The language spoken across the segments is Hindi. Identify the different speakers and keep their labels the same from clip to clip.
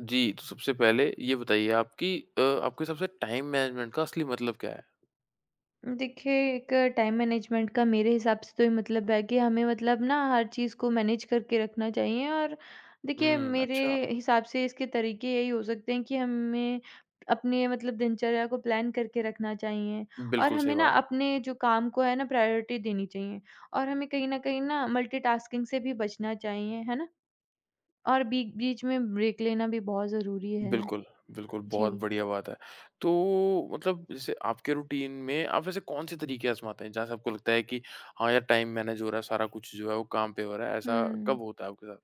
Speaker 1: जी, तो सबसे पहले ये बताइए आप कि आपके हिसाब से टाइम मैनेजमेंट का असली मतलब क्या है?
Speaker 2: देखिए, एक टाइम मैनेजमेंट का मेरे हिसाब से तो ये मतलब है कि हमें मतलब ना हर चीज़ को मैनेज करके रखना चाहिए। और देखिए
Speaker 1: हुँ,
Speaker 2: मेरे
Speaker 1: अच्छा।
Speaker 2: हिसाब से इसके तरीके यही हो सकते हैं कि हमें अपने मतलब दिनचर्या को प्लान करके रखना चाहिए। और
Speaker 1: बिल्कुल सही
Speaker 2: हमें ना
Speaker 1: बात।
Speaker 2: अपने जो काम को है ना प्रायोरिटी देनी चाहिए। और हमें कहीं न कहीं ना मल्टीटास्किंग से भी बचना चाहिए, है ना? और बी बीच में ब्रेक लेना भी बहुत ज़रूरी है।
Speaker 1: बिल्कुल, बिल्कुल,
Speaker 2: जी।
Speaker 1: बहुत बढ़िया बात है। तो मतलब जैसे आपके रूटीन में आप वैसे कौन-से तरीके आज़माते हैं, जहाँ से आपको लगता है कि हाँ यार, टाइम मैनेज हो रहा है, सारा कुछ जो है वो काम पे हो रहा है, ऐसा
Speaker 2: हुँ।
Speaker 1: कब होता है आपके साथ?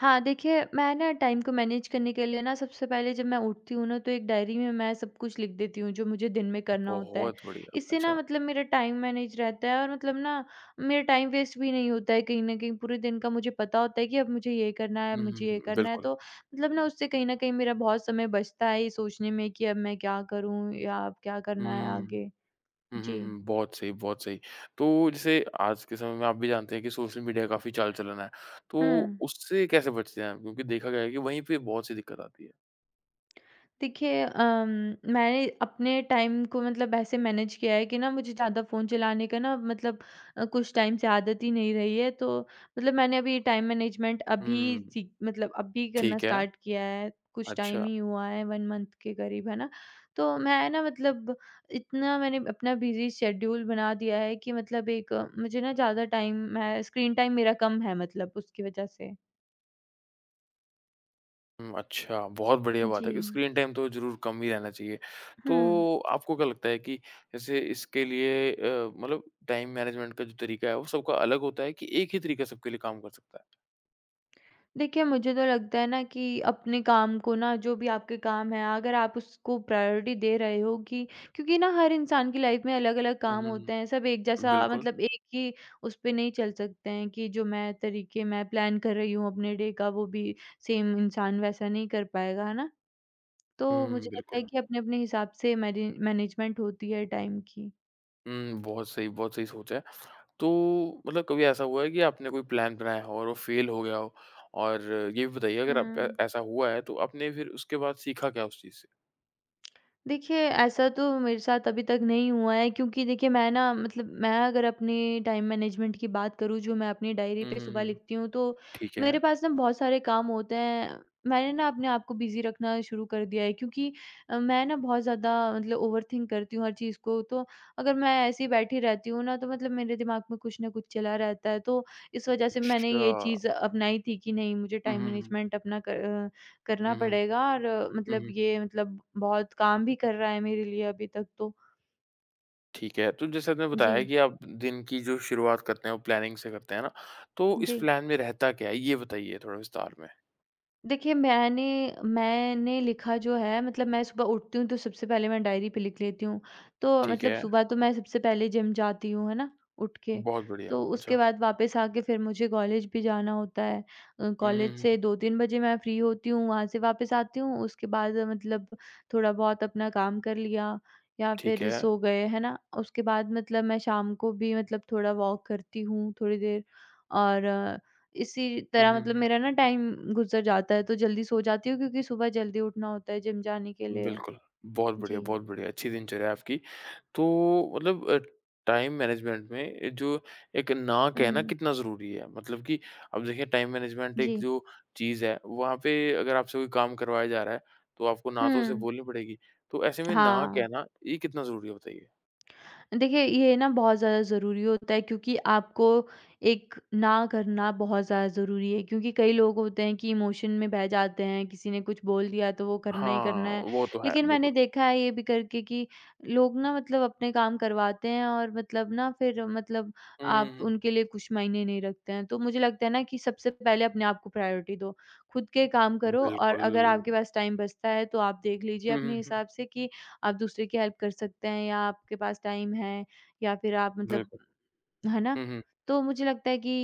Speaker 2: हाँ, देखिए मैं ना टाइम को मैनेज करने के लिए ना सबसे पहले जब मैं उठती हूँ ना तो एक डायरी में मैं सब कुछ लिख देती हूँ जो मुझे दिन में करना होता है।
Speaker 1: बहुत बढ़िया,
Speaker 2: इससे ना
Speaker 1: अच्छा।
Speaker 2: मतलब मेरा टाइम मैनेज रहता है और मतलब ना मेरा टाइम वेस्ट भी नहीं होता है, कहीं न कहीं पूरे दिन का मुझे पता होता है कि अब मुझे ये करना है, अब
Speaker 1: हुँ, हुँ,
Speaker 2: मुझे ये
Speaker 1: हुँ,
Speaker 2: करना है।
Speaker 1: बिल्कुल।
Speaker 2: तो मतलब ना उससे कहीं न कहीं मेरा बहुत समय बचता है ये सोचने में कि अब मैं क्या करूँ या अब क्या करना है
Speaker 1: हुँ।
Speaker 2: आगे?
Speaker 1: हुँ, हुँ,
Speaker 2: जी।
Speaker 1: हुँ। बहुत सही, बहुत सही। तो जैसे आज के समय में आप भी जानते हैं कि सोशल मीडिया काफ़ी चाल-चलन है,
Speaker 2: हुँ।
Speaker 1: तो उससे कैसे बचते हैं आप? क्योंकि देखा गया है कि वहीं पे बहुत सी दिक्कत आती है।
Speaker 2: देखिए मैंने अपने टाइम को मतलब ऐसे मैनेज किया है कि ना मुझे ज़्यादा फ़ोन चलाने का ना मतलब कुछ टाइम से आदत ही नहीं रही है। तो मतलब मैंने अभी टाइम मैनेजमेंट अभी
Speaker 1: हुँ,
Speaker 2: सीख मतलब अभी करना
Speaker 1: ठीक है।
Speaker 2: स्टार्ट किया है। कुछ
Speaker 1: अच्छा
Speaker 2: टाइम ही हुआ है, वन मंथ के करीब है ना। तो मैं ना मतलब इतना मैंने अपना बिजी शेड्यूल बना दिया है कि मतलब एक मुझे ना ज़्यादा टाइम मैं स्क्रीन टाइम मेरा कम है मतलब उसकी वजह से।
Speaker 1: हुँ, अच्छा, बहुत बढ़िया बात है कि
Speaker 2: जी।
Speaker 1: स्क्रीन टाइम तो ज़रूर कम ही रहना चाहिए।
Speaker 2: हम्म।
Speaker 1: तो आपको क्या लगता है कि जैसे इसके लिए मतलब टाइम मैनेजमेंट का जो तरीका है, वो सबका अलग होता है कि एक ही तरीका सबके लिए काम कर सकता है?
Speaker 2: देखिए, मुझे तो लगता है ना कि अपने काम को ना जो भी आपके काम हैं, अगर आप उसको प्रायोरिटी दे रहे हो कि क्योंकि ना हर इंसान की लाइफ में अलग-अलग
Speaker 1: हुँ,
Speaker 2: काम
Speaker 1: हुँ,
Speaker 2: होते हैं। सब एक
Speaker 1: हुँ।
Speaker 2: जैसा
Speaker 1: बिल्कुल।
Speaker 2: मतलब एक ही उस पे नहीं चल सकते हैं कि जो मैं तरीके मैं प्लान कर रही हूँ अपने डे का, वो भी सेम इंसान वैसा नहीं कर पाएगा, है ना? तो
Speaker 1: हुँ,
Speaker 2: मुझे लगता है
Speaker 1: बिल्कुल।
Speaker 2: कि अपने-अपने हिसाब से मैने मैनेजमेंट होती है टाइम की।
Speaker 1: हुँ, बहुत सही सोच है। तो मतलब कभी ऐसा हुआ है कि आपने कोई प्लान बनाया हो और वो फेल हो गया हो? और ये भी बताइए अगर आप
Speaker 2: हुँ।
Speaker 1: ऐसा हुआ है तो आपने फिर उसके बाद सीखा क्या उस चीज़ से?
Speaker 2: देखिए, ऐसा तो मेरे साथ अभी तक नहीं हुआ है, क्योंकि देखिए मैं ना मतलब मैं अगर अपने टाइम मैनेजमेंट की बात करूँ जो मैं अपनी डायरी
Speaker 1: हुँ,
Speaker 2: पे
Speaker 1: हुँ,
Speaker 2: सुबह
Speaker 1: हुँ।
Speaker 2: लिखती हूँ तो
Speaker 1: ठीक है।
Speaker 2: मेरे पास ना बहुत सारे काम होते हैं। मैंने ना अपने आप को बिज़ी रखना शुरू कर दिया है, क्योंकि मैं ना बहुत ज़्यादा मतलब ओवरथिंक करती हूँ हर चीज़ को। तो अगर मैं ऐसे ही बैठी रहती हूँ ना तो मतलब मेरे दिमाग में कुछ ना कुछ चला रहता है। तो इस वज़ह से मैंने
Speaker 1: अच्छा।
Speaker 2: ये चीज़ अपनाई थी कि नहीं, मुझे
Speaker 1: हुँ,
Speaker 2: टाइम
Speaker 1: हुँ, हुँ।
Speaker 2: मैनेजमेंट अपना करना
Speaker 1: हुँ, हुँ।
Speaker 2: पड़ेगा और
Speaker 1: हुँ,
Speaker 2: मतलब
Speaker 1: हुँ।
Speaker 2: ये मतलब बहुत काम भी कर रहा है मेरे लिए अभी तक तो।
Speaker 1: ठीक है। तो जैसे आपने
Speaker 2: जी,
Speaker 1: बताया कि आप दिन की जो शुरुआत करते हैं वो प्लानिंग से करते हैं ना? तो इस
Speaker 2: जी।
Speaker 1: प्लान में रहता क्या है? ये बताइए थोड़ा विस्तार में।
Speaker 2: देखिए मैंने मैंने लिखा जो है मतलब मैं सुबह उठती हूँ तो सबसे पहले मैं डायरी पे लिख लेती हूँ। तो
Speaker 1: ठीक
Speaker 2: मतलब
Speaker 1: है।
Speaker 2: सुबह तो मैं सबसे पहले जिम जाती हूँ, है ना? उठ के।
Speaker 1: बहुत बढ़िया।
Speaker 2: तो उसके
Speaker 1: अच्छा।
Speaker 2: बाद वापस आके फिर मुझे कॉलेज भी जाना होता है।
Speaker 1: हुँ, हुँ,
Speaker 2: कॉलेज
Speaker 1: हुँ।
Speaker 2: से 2-3 बजे मैं फ्री होती हूँ, वहाँ से वापस आती हूँ। उसके बाद मतलब थोड़ा बहुत अपना काम कर लिया या
Speaker 1: ठीक
Speaker 2: फिर
Speaker 1: है।
Speaker 2: सो गए, है ना? उसके बाद मतलब मैं शाम को भी मतलब थोड़ा वॉक करती हूँ थोड़ी देर, और इसी
Speaker 1: हुँ,
Speaker 2: तरह
Speaker 1: हुँ,
Speaker 2: मतलब
Speaker 1: हुँ।
Speaker 2: मेरा ना टाइम गुज़र जाता है, तो जल्दी सो जाती हूँ क्योंकि सुबह जल्दी उठना होता है जिम जाने के लिए।
Speaker 1: बिल्कुल,
Speaker 2: जी।
Speaker 1: बहुत बढ़िया, अच्छी दिनचर्या है आपकी। तो मतलब टाइम मैनेजमेंट में जो एक ना कहना
Speaker 2: हुँ।
Speaker 1: कितना ज़रूरी है? मतलब कि अब देखिए टाइम मैनेजमेंट
Speaker 2: जी।
Speaker 1: एक जो चीज़ है, वहाँ पे अगर आपसे कोई काम करवाया जा रहा है, तो आपको ना
Speaker 2: हुँ।
Speaker 1: तो उसे बोलनी पड़ेगी। तो ऐसे में ना
Speaker 2: हाँ।
Speaker 1: कहना ये कितना ज़रूरी है बताइए?
Speaker 2: देखिए, ये ना बहुत ज़्यादा ज़रूरी होता है क्योंकि आपको एक ना करना बहुत ज़्यादा ज़रूरी है, क्योंकि कई लोग होते हैं कि इमोशन में बह जाते हैं, किसी ने कुछ बोल दिया तो वो करना ही करना
Speaker 1: हाँ,
Speaker 2: है।
Speaker 1: वो तो है,
Speaker 2: लेकिन
Speaker 1: बिल्कुल।
Speaker 2: मैंने देखा है ये भी करके कि लोग ना मतलब अपने काम करवाते हैं और मतलब ना फिर मतलब आप
Speaker 1: हुँ,
Speaker 2: उनके लिए कुछ मायने नहीं रखते हैं। तो मुझे लगता है ना कि सबसे पहले अपने आप को प्रायोरिटी दो, खुद के काम करो, और
Speaker 1: बिल्कुल।
Speaker 2: अगर आपके पास टाइम बचता है तो आप देख लीजिए
Speaker 1: हुँ, हुँ,
Speaker 2: अपने
Speaker 1: हुँ।
Speaker 2: हिसाब से कि आप दूसरे की हेल्प कर सकते हैं या आपके पास टाइम है या फिर आप मतलब,
Speaker 1: बिल्कुल।
Speaker 2: है ना?
Speaker 1: हुँ, हुँ,
Speaker 2: तो मुझे लगता है कि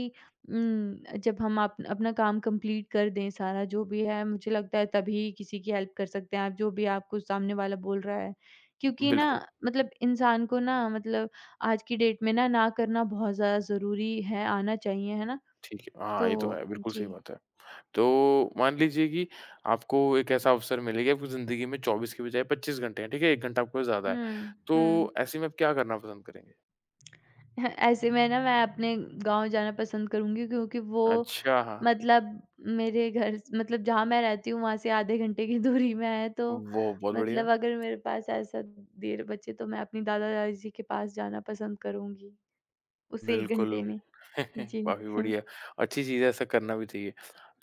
Speaker 2: जब हम आप अपना काम कंप्लीट कर दें सारा जो भी है, मुझे लगता है तभी किसी की हेल्प कर सकते हैं आप, जो भी आपको सामने वाला बोल रहा है। क्योंकि ना
Speaker 1: बिल्कुल,
Speaker 2: मतलब इंसान को ना मतलब आज की डेट में ना, ना करना बहुत ज़्यादा ज़रूरी है, आना चाहिए, है ना?
Speaker 1: ठीक है। हाँ, ये तो
Speaker 2: तो
Speaker 1: है, बिल्कुल सही
Speaker 2: जी।
Speaker 1: बात है। तो मान लीजिए कि आपको एक ऐसा अवसर मिले कि आपकी ज़िंदगी में 24 के बजाय 25 घंटे हैं, ठीक है? 1 घंटा आपके पास ज़्यादा है।
Speaker 2: हुँ, हुँ।
Speaker 1: तो ऐसे में आप क्या करना पसंद करेंगे?
Speaker 2: हाँ, ऐसे में ना मैं अपने गाँव जाना पसंद करूँगी क्योंकि वो
Speaker 1: अच्छा, हाँ,
Speaker 2: मतलब मेरे घर स मतलब जहाँ मैं रहती हूँ वहाँ से आधे घंटे की दूरी में है तो
Speaker 1: वो बहुत बढ़िया।
Speaker 2: मतलब अगर मेरे पास ऐसा देर बचे तो मैं अपनी दादा-दादी जी के पास जाना पसंद करूँगी, उस 1 घंटे
Speaker 1: बिल्कुल,
Speaker 2: में। जी।
Speaker 1: काफ़ी बढ़िया। अच्छी चीज़ है, ऐसा करना भी चाहिए।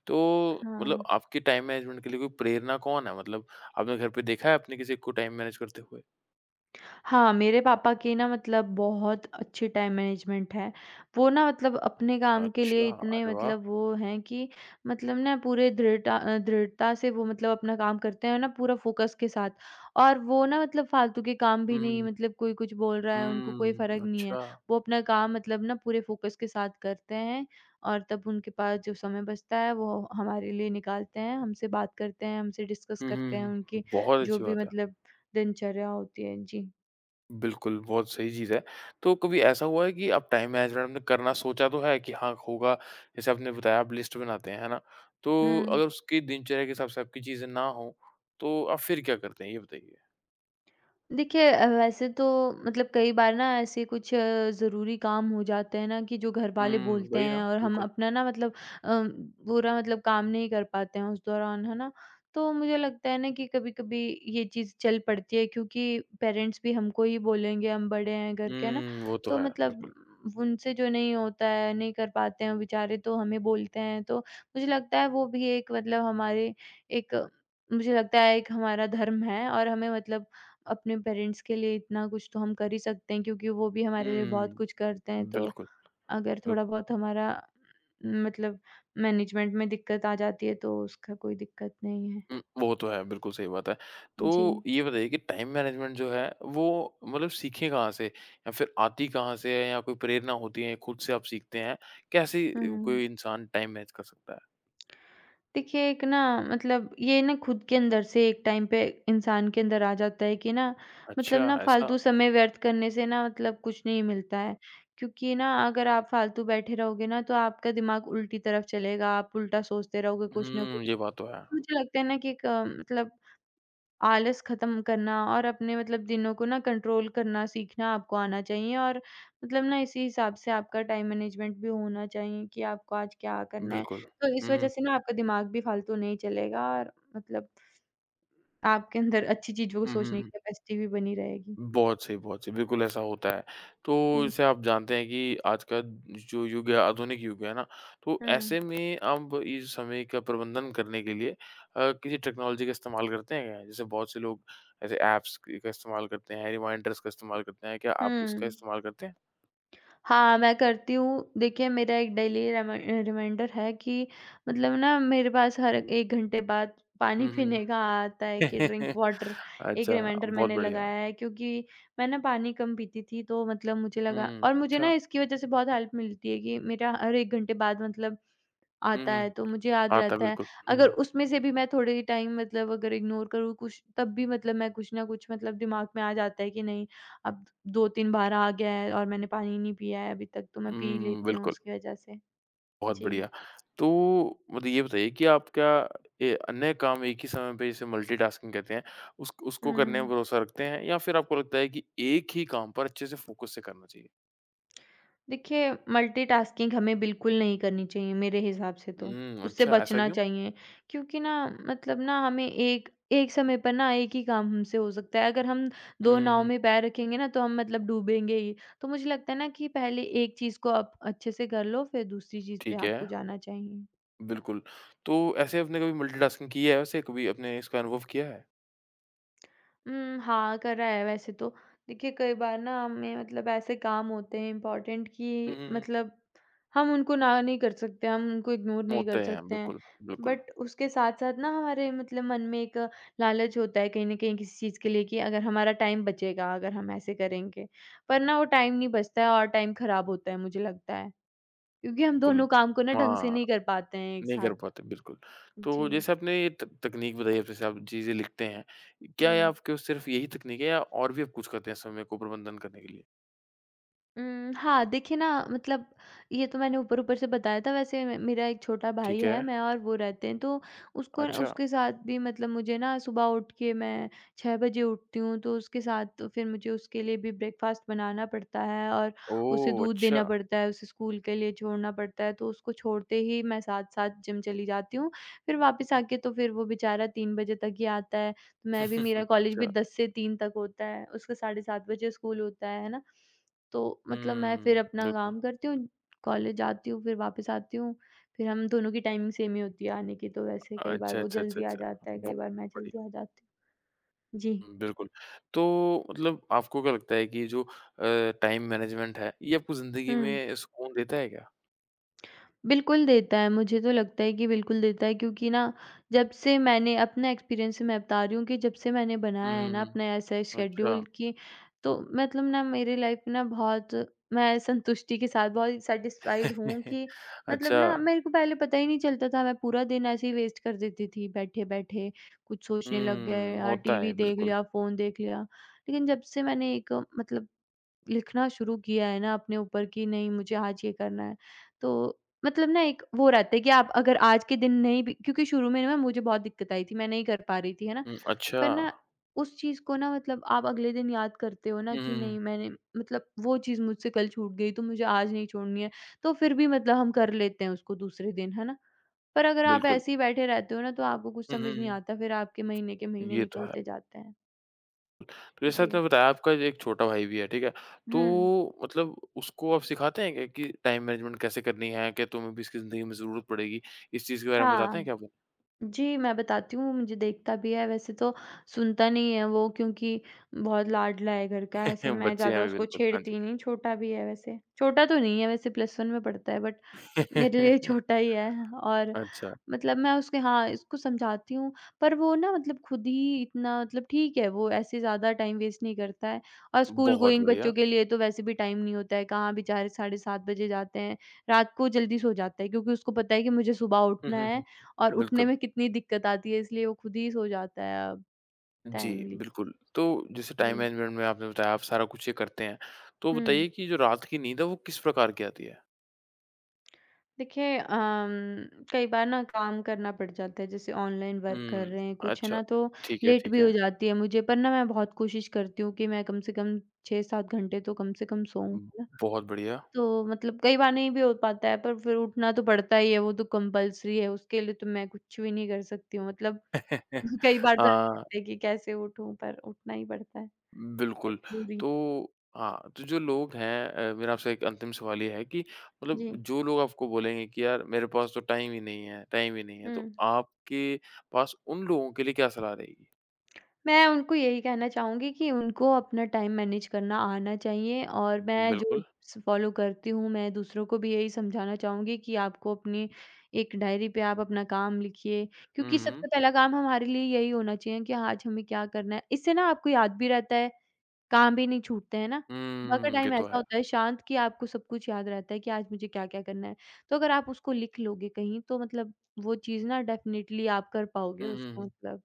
Speaker 1: तो मतलब
Speaker 2: हाँ।
Speaker 1: आपके टाइम मैनेजमेंट के लिए कोई प्रेरणा कौन है? मतलब आपने घर पे देखा है आपने किसी को टाइम मैनेज करते हुए?
Speaker 2: हाँ, मेरे पापा की ना मतलब बहुत अच्छी टाइम मैनेजमेंट है। वो ना मतलब अपने काम के लिए
Speaker 1: अच्छा,
Speaker 2: इतने
Speaker 1: अरे वाह!
Speaker 2: मतलब वो हैं कि मतलब ना पूरे दृढ़ता से वो मतलब अपना काम करते हैं ना पूरा फ़ोकस के साथ। और वो ना मतलब फ़ालतू के काम
Speaker 1: हुँ,
Speaker 2: भी
Speaker 1: हुँ,
Speaker 2: नहीं,
Speaker 1: हुँ।
Speaker 2: मतलब कोई कुछ बोल रहा है उनको कोई
Speaker 1: हुँ,
Speaker 2: फ़र्क नहीं है।
Speaker 1: अच्छा।
Speaker 2: वो अपना काम मतलब ना पूरे फ़ोकस के साथ करते हैं, और तब उनके पास जो समय बचता है वो हमारे लिए निकालते हैं, हमसे बात करते हैं, हमसे डिस्कस
Speaker 1: हुँ,
Speaker 2: करते हैं
Speaker 1: हुँ, हुँ।
Speaker 2: उनकी
Speaker 1: बहुत
Speaker 2: जो
Speaker 1: अच्छी
Speaker 2: भी
Speaker 1: बात है।
Speaker 2: मतलब दिनचर्या होती है। जी।
Speaker 1: बिल्कुल, बहुत सही चीज़ है। तो कभी ऐसा हुआ है कि आप टाइम मैनेजमेंट आपने करना सोचा तो है कि हाँ, होगा, जैसे आपने बताया आप लिस्ट बनाते हैं, है ना? तो
Speaker 2: हुँ।
Speaker 1: अगर उसकी दिनचर्या के हिसाब से आपकी चीज़ें ना हों, तो आप फिर क्या करते हैं? ये बताइए।
Speaker 2: देखिए वैसे तो मतलब कई बार ना ऐसे कुछ ज़रूरी काम हो जाते हैं ना कि जो घर वाले
Speaker 1: हुँ,
Speaker 2: बोलते
Speaker 1: वही ना,
Speaker 2: हैं और हम
Speaker 1: बिल्कुल।
Speaker 2: अपना ना मतलब पूरा मतलब काम नहीं कर पाते हैं उस दौरान, है ना? तो मुझे लगता है ना कि कभी-कभी ये चीज़ चल पड़ती है क्योंकि पेरेंट्स भी हमको ही बोलेंगे, हम बड़े हैं घर के, है ना?
Speaker 1: हुँ, वो तो
Speaker 2: तो
Speaker 1: है, बिल्कुल।
Speaker 2: मतलब उनसे जो नहीं होता है, नहीं कर पाते हैं बेचारे तो हमें बोलते हैं, तो मुझे लगता है वो भी एक मतलब हमारे एक, मुझे लगता है एक हमारा धर्म है, और हमें मतलब अपने पेरेंट्स के लिए इतना कुछ तो हम कर ही सकते हैं क्योंकि वो भी हमारे लिए बहुत
Speaker 1: हुँ,
Speaker 2: कुछ करते हैं। तो
Speaker 1: बिल्कुल।
Speaker 2: अगर थोड़ा बहुत हमारा न, मतलब मैनेजमेंट में दिक्कत आ जाती है तो उसका कोई दिक्कत नहीं है।
Speaker 1: हुँ, वो तो है, बिल्कुल सही बात है। तो
Speaker 2: जी।
Speaker 1: ये बताइए कि टाइम मैनेजमेंट जो है वो मतलब सीखें कहाँ से? या फिर आती कहाँ से है या कोई प्रेरणा होती है, खुद से आप सीखते हैं? कैसे
Speaker 2: हुँ।
Speaker 1: कोई इंसान टाइम मैनेज कर सकता है?
Speaker 2: देखिए एक ना मतलब ये ना खुद के अंदर से एक टाइम पे इंसान के अंदर आ जाता है कि ना मतलब
Speaker 1: अच्छा,
Speaker 2: ना
Speaker 1: ऐसा?
Speaker 2: फालतू समय व्यर्थ करने से ना मतलब कुछ नहीं मिलता है। क्योंकि ना अगर आप फालतू बैठे रहोगे ना तो आपका दिमाग उल्टी तरफ चलेगा, आप उल्टा सोचते रहोगे, कुछ ना
Speaker 1: हुँ, ये बात तो है।
Speaker 2: मुझे लगता है ना कि एक मतलब आलस खत्म करना और अपने मतलब दिनों को ना कंट्रोल करना सीखना आपको आना चाहिए, और मतलब ना इसी हिसाब से आपका टाइम मैनेजमेंट भी होना चाहिए कि आपको आज क्या करना है।
Speaker 1: बिल्कुल।
Speaker 2: तो इस
Speaker 1: हुँ,
Speaker 2: वजह
Speaker 1: हुँ।
Speaker 2: से ना आपका दिमाग भी फालतू नहीं चलेगा और मतलब आपके अंदर अच्छी चीज़ों को
Speaker 1: हुँ, हुँ,
Speaker 2: सोचने की
Speaker 1: हुँ।
Speaker 2: कैपेसिटी भी बनी रहेगी।
Speaker 1: बहुत सही, बहुत सही। बिल्कुल ऐसा होता है। तो
Speaker 2: जी।
Speaker 1: जैसे आप जानते हैं कि आज का जो युग है, आधुनिक युग है ना, तो
Speaker 2: हुँ।
Speaker 1: ऐसे में अब इस समय का प्रबंधन करने के लिए किसी टेक्नोलॉजी का इस्तेमाल करते हैं क्या? जैसे बहुत से लोग ऐसे ऐप्स क का इस्तेमाल करते हैं, रिमाइंडर्स का इस्तेमाल करते हैं। क्या आप इसका
Speaker 2: हुँ।
Speaker 1: इस्तेमाल करते हैं?
Speaker 2: हाँ, मैं करती हूँ। देखिए मेरा एक डेली रिमाइंडर है कि मतलब ना मेरे पास हर 1 घंटे बाद पानी
Speaker 1: हुँ, हुँ,
Speaker 2: पीने का
Speaker 1: हुँ।
Speaker 2: आता है कि ड्रिंक वाटर, एक
Speaker 1: अच्छा,
Speaker 2: रिमाइंडर
Speaker 1: बहुत
Speaker 2: मैंने
Speaker 1: बढ़िया।
Speaker 2: लगाया है क्योंकि मैं ना पानी कम पीती थी तो मतलब मुझे लगा,
Speaker 1: हुँ,
Speaker 2: और मुझे
Speaker 1: अच्छा।
Speaker 2: ना इसकी वज़ह से बहुत हेल्प मिलती है कि मेरा हर 1 घंटे बाद मतलब
Speaker 1: हुँ,
Speaker 2: आता
Speaker 1: हुँ।
Speaker 2: है तो मुझे याद
Speaker 1: आता
Speaker 2: रहता है।
Speaker 1: बिल्कुल। हुँ,
Speaker 2: अगर
Speaker 1: हुँ।
Speaker 2: उसमें से भी मैं थोड़े टाइम मतलब अगर इग्नोर करूँ कुछ तब भी मतलब मैं कुछ न कुछ मतलब दिमाग में आ जाता है कि नहीं, अब 2-3 बार आ गया है और मैंने पानी नहीं पिया है अभी तक, तो मैं पी
Speaker 1: हुँ,
Speaker 2: लेती हूँ
Speaker 1: बिल्कुल।
Speaker 2: उसकी वज़ह से।
Speaker 1: बहुत
Speaker 2: जी।
Speaker 1: बढ़िया। तो मतलब ये बताइए कि आप क्या ए, अन्य काम एक ही समय पे जिसे मल्टीटास्किंग कहते हैं, उस उसको करने
Speaker 2: हुँ।
Speaker 1: में भरोसा रखते हैं या फिर आपको लगता है कि एक ही काम पर अच्छे से फ़ोकस से करना चाहिए?
Speaker 2: देखिए, मल्टीटास्किंग हमें बिल्कुल नहीं करनी चाहिए मेरे हिसाब से तो,
Speaker 1: हुँ,
Speaker 2: उससे
Speaker 1: अच्छा ऐसा
Speaker 2: बचना
Speaker 1: क्यों?
Speaker 2: चाहिए क्योंकि ना मतलब ना हमें एक एक समय पर ना एक ही काम हमसे हो सकता है। अगर हम
Speaker 1: हुँ,
Speaker 2: 2
Speaker 1: हुँ,
Speaker 2: नाव
Speaker 1: हुँ।
Speaker 2: में पैर रखेंगे ना तो हम मतलब डूबेंगे ही। तो मुझे लगता है ना कि पहले एक चीज़ को आप अच्छे से कर लो, फिर दूसरी चीज़ पे
Speaker 1: ठीक है,
Speaker 2: आपको जाना चाहिए।
Speaker 1: बिल्कुल। तो ऐसे आपने कभी मल्टीटास्किंग की है वैसे? कभी आपने इसका अनुभव किया है?
Speaker 2: हुँ, हाँ, करा है वैसे तो। देखिए, कई बार ना हमें मतलब ऐसे काम होते हैं इम्पोर्टेंट
Speaker 1: हुँ,
Speaker 2: कि
Speaker 1: हुँ, हुँ।
Speaker 2: मतलब हम उनको ना नहीं कर सकते, हम उनको इग्नोर नहीं कर
Speaker 1: होते हैं,
Speaker 2: सकते हैं।
Speaker 1: बिल्कुल, बिल्कुल,
Speaker 2: बट उसके साथ-साथ ना हमारे मतलब मन में एक लालच होता है कहीं न कहीं किसी चीज़ के लिए, कि अगर हमारा टाइम बचेगा, अगर हम ऐसे करेंगे। पर ना वो टाइम नहीं बचता है और टाइम खराब होता है मुझे लगता है, क्योंकि हम
Speaker 1: बिल्कुल।
Speaker 2: दोनों काम को ना ढंग से
Speaker 1: हाँ।
Speaker 2: नहीं कर पाते हैं एक
Speaker 1: नहीं कर
Speaker 2: साथ।
Speaker 1: पाते, बिल्कुल। तो
Speaker 2: जी।
Speaker 1: जैसे आपने ये त तकनीक बताई अब जैसे आप चीज़ें लिखते हैं, क्या ये
Speaker 2: हुँ।
Speaker 1: आपके वो सिर्फ़ यही तकनीक है या और भी आप कुछ करते हैं समय को प्रबंधन करने के लिए?
Speaker 2: हाँ, देखिए ना मतलब ये तो मैंने ऊपर-ऊपर से बताया था, वैसे मे मेरा एक छोटा भाई
Speaker 1: ठीक
Speaker 2: है,
Speaker 1: है,
Speaker 2: मैं और वो रहते हैं तो उसको
Speaker 1: अच्छा।
Speaker 2: उसके साथ भी मतलब मुझे ना सुबह उठ के मैं 6 बजे उठती हूँ, तो उसके साथ तो फिर मुझे उसके लिए भी ब्रेकफ़ास्ट बनाना पड़ता है और उसे
Speaker 1: ओह!
Speaker 2: दूध
Speaker 1: अच्छा।
Speaker 2: देना पड़ता है, उसे स्कूल के लिए छोड़ना पड़ता है, तो उसको छोड़ते ही मैं साथ-साथ जिम चली जाती हूँ। फिर वापस आके तो फिर वो बेचारा 3 बजे तक ही आता है, तो मैं भी, मेरा कॉलेज भी
Speaker 1: अच्छा।
Speaker 2: 10 से 3 तक होता है, उसका साढ़े 7 बजे स्कूल होता है ना? तो मतलब मैं
Speaker 1: हुँ,
Speaker 2: फिर अपना
Speaker 1: बिल्कुल।
Speaker 2: काम करती हूँ, कॉलेज जाती हूँ, फिर वापस आती हूँ। फिर हम दोनों की टाइमिंग सेम ही होती है आने की, तो वैसे कई बार
Speaker 1: अच्छा,
Speaker 2: वो
Speaker 1: अच्छा, अच्छा,
Speaker 2: जल्दी आ
Speaker 1: अच्छा।
Speaker 2: जाता है, कई
Speaker 1: बहुत
Speaker 2: बार मैं
Speaker 1: बढ़िया।
Speaker 2: जल्दी आ जाती हूँ। जी।
Speaker 1: बिल्कुल। तो मतलब आपको क्या लगता है कि जो टाइम मैनेजमेंट है, ये आपको ज़िंदगी
Speaker 2: हुँ।
Speaker 1: में सुकून देता है क्या?
Speaker 2: बिल्कुल देता है, मुझे तो लगता है कि बिल्कुल देता है क्योंकि ना, जब से मैंने अपना एक्सपीरियंस से मैं बता रही हूँ कि जब से मैंने
Speaker 1: हुँ,
Speaker 2: बनाया है
Speaker 1: हुँ,
Speaker 2: ना अपना
Speaker 1: हुँ।
Speaker 2: ऐसा
Speaker 1: अच्छा।
Speaker 2: शेड्यूल कि, तो मतलब ना मेरी लाइफ में ना बहुत, मैं संतुष्टि के साथ बहुत सैटिस्फाइड हूँ कि, मतलब ना
Speaker 1: अच्छा।
Speaker 2: मेरे को पहले पता ही नहीं चलता था, मैं पूरा दिन ऐसे ही वेस्ट कर देती थी बैठे-बैठे, कुछ सोचने लग गए,
Speaker 1: हुँ,
Speaker 2: यार
Speaker 1: होता है,
Speaker 2: टीवी देख
Speaker 1: बिल्कुल।
Speaker 2: लिया, फ़ोन देख लिया। लेकिन जब से मैंने एक मतलब लिखना शुरू किया है ना अपने ऊपर कि नहीं, मुझे आज ये करना है, तो मतलब ना एक वो रहता है कि आप अगर आज के दिन नहीं भी, क्योंकि शुरू में ना मुझे बहुत दिक्कत आई थी, मैं नहीं कर पा रही थी, है ना?
Speaker 1: हुँ, अच्छा।
Speaker 2: पर ना उस चीज़ को ना मतलब आप अगले दिन याद करते हो ना
Speaker 1: हुँ,
Speaker 2: कि
Speaker 1: हुँ, हुँ।
Speaker 2: नहीं, मैंने मतलब वो चीज़ मुझसे कल छूट गई, तो मुझे आज नहीं छोड़नी है, तो फिर भी मतलब हम कर लेते हैं उसको दूसरे दिन, है ना? पर अगर आप
Speaker 1: बिल्कुल।
Speaker 2: ऐसे ही बैठे रहते हो ना तो आपको कुछ
Speaker 1: हुँ, हुँ,
Speaker 2: समझ नहीं
Speaker 1: हुँ।
Speaker 2: आता, फिर आपके महीने के महीने
Speaker 1: ये तो है।
Speaker 2: निकलते जाते हैं।
Speaker 1: तो जैसे
Speaker 2: जी।
Speaker 1: आपने बताया आपका एक छोटा भाई भी है, ठीक है?
Speaker 2: हुँ।
Speaker 1: तो मतलब उसको आप सिखाते हैं क्या कि टाइम मैनेजमेंट कैसे करनी है? क्या तुम्हें भी इसकी ज़िंदगी में ज़रूरत पड़ेगी? इस चीज़ के बारे में बताते हैं
Speaker 2: हाँ।
Speaker 1: क्या वो?
Speaker 2: जी, मैं बताती हूँ, मुझे देखता भी है, वैसे तो सुनता नहीं है वो, क्योंकि बहुत लाडला है घर का, ऐसे मैं
Speaker 1: बच्चे हैं
Speaker 2: ज़्यादा
Speaker 1: अभी
Speaker 2: उसको
Speaker 1: बिल्कुल, हाँ जी।
Speaker 2: छेड़ती नहीं, छोटा भी है वैसे। छोटा तो नहीं है वैसे, प्लस 1 में पढ़ता है, बट मेरे लिए छोटा ही है, और
Speaker 1: अच्छा,
Speaker 2: मतलब मैं उसके, हाँ, इसको समझाती हूँ, पर वो ना मतलब खुद ही इतना, मतलब ठीक है, वो ऐसे ज़्यादा टाइम वेस्ट नहीं करता है, और स्कूल
Speaker 1: बहुत
Speaker 2: गोइंग
Speaker 1: बढ़िया।
Speaker 2: बच्चों के लिए तो वैसे भी टाइम नहीं होता है, कहाँ बेचारे साढ़े 7 बजे जाते हैं, रात को जल्दी सो जाता है क्योंकि उसको पता है कि मुझे सुबह
Speaker 1: हुँ,
Speaker 2: उठना
Speaker 1: हुँ, हुँ।
Speaker 2: है और उठने
Speaker 1: बिल्कुल।
Speaker 2: में कितनी दिक्कत आती है, इसलिए वो खुद ही सो जाता है अब
Speaker 1: जी,
Speaker 2: टाइमली।
Speaker 1: बिल्कुल। तो जैसे
Speaker 2: जी।
Speaker 1: टाइम मैनेजमेंट में आपने बताया आप सारा कुछ ये करते हैं। तो
Speaker 2: हुँ।
Speaker 1: बताइए कि जो रात की नींद है वो किस प्रकार की आती है?
Speaker 2: देखिए कई बार ना काम करना पड़ जाता है, जैसे ऑनलाइन वर्क कर
Speaker 1: हुँ।
Speaker 2: रहे हैं कुछ, है
Speaker 1: अच्छा,
Speaker 2: ना, तो
Speaker 1: ठीक है,
Speaker 2: लेट
Speaker 1: ठीक
Speaker 2: भी हो
Speaker 1: है।
Speaker 2: जाती है मुझे, पर ना मैं बहुत कोशिश करती हूँ कि मैं कम से कम 6-7 घंटे तो कम से कम सोऊं, है
Speaker 1: उम,
Speaker 2: ना?
Speaker 1: बहुत बढ़िया।
Speaker 2: तो मतलब कई बार नहीं भी हो पाता है, पर फिर उठना तो पड़ता ही है, वो तो कंपलसरी है, उसके लिए तो मैं कुछ भी नहीं कर सकती हूँ मतलब। कई बार
Speaker 1: अ,
Speaker 2: तो ऐसा लगता है कि कैसे उठूं, पर उठना ही पड़ता है,
Speaker 1: बिल्कुल,
Speaker 2: मजबूरी।
Speaker 1: तो हाँ, तो जो लोग हैं मेरा आपसे एक अंतिम सवाल ये है कि मतलब
Speaker 2: जी।
Speaker 1: जो लोग आपको बोलेंगे कि यार मेरे पास तो टाइम ही नहीं है टाइम ही नहीं है, तो
Speaker 2: हम्म।
Speaker 1: आपके पास उन लोगों के लिए क्या सलाह रहेगी?
Speaker 2: मैं उनको यही कहना चाहूँगी कि उनको अपना टाइम मैनेज करना आना चाहिए, और मैं जो
Speaker 1: बिल्कुल।
Speaker 2: टिप्स फ़ॉलो करती हूँ, मैं दूसरों को भी यही समझाना चाहूँगी कि आपको अपनी एक डायरी पे आप अपना काम लिखिए,
Speaker 1: हुँ,
Speaker 2: क्योंकि
Speaker 1: हुँ।
Speaker 2: सबसे पहला काम हमारे लिए यही होना चाहिए कि आज हमें क्या करना है। इससे ना आपको याद भी रहता है, काम भी नहीं छूटते हैं ना। सुबह का
Speaker 1: हुँ, ये
Speaker 2: टाइम
Speaker 1: तो
Speaker 2: ऐसा
Speaker 1: है।
Speaker 2: होता है शांत, कि आपको सब कुछ याद रहता है कि आज मुझे क्या-क्या करना है। तो अगर आप उसको लिख लोगे कहीं तो मतलब वो चीज़ ना डेफ़िनेटली आप कर पाओगे
Speaker 1: हुँ, हुँ,
Speaker 2: उसको
Speaker 1: हुँ।
Speaker 2: मतलब।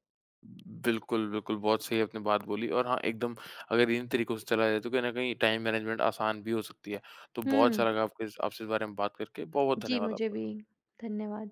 Speaker 1: बिल्कुल, बिल्कुल, बहुत सही आपने बात बोली और हाँ, एकदम अगर इन तरीकों से चला जाए तो कहीं न कहीं टाइम मैनेजमेंट आसान भी हो सकती है। तो बहुत अच्छा
Speaker 2: हुँ।
Speaker 1: लगा आपके आपसे इस बारे में बात करके, बहुत-बहुत
Speaker 2: जी,
Speaker 1: धन्यवाद
Speaker 2: मुझे
Speaker 1: आपका।
Speaker 2: भी। धन्यवाद।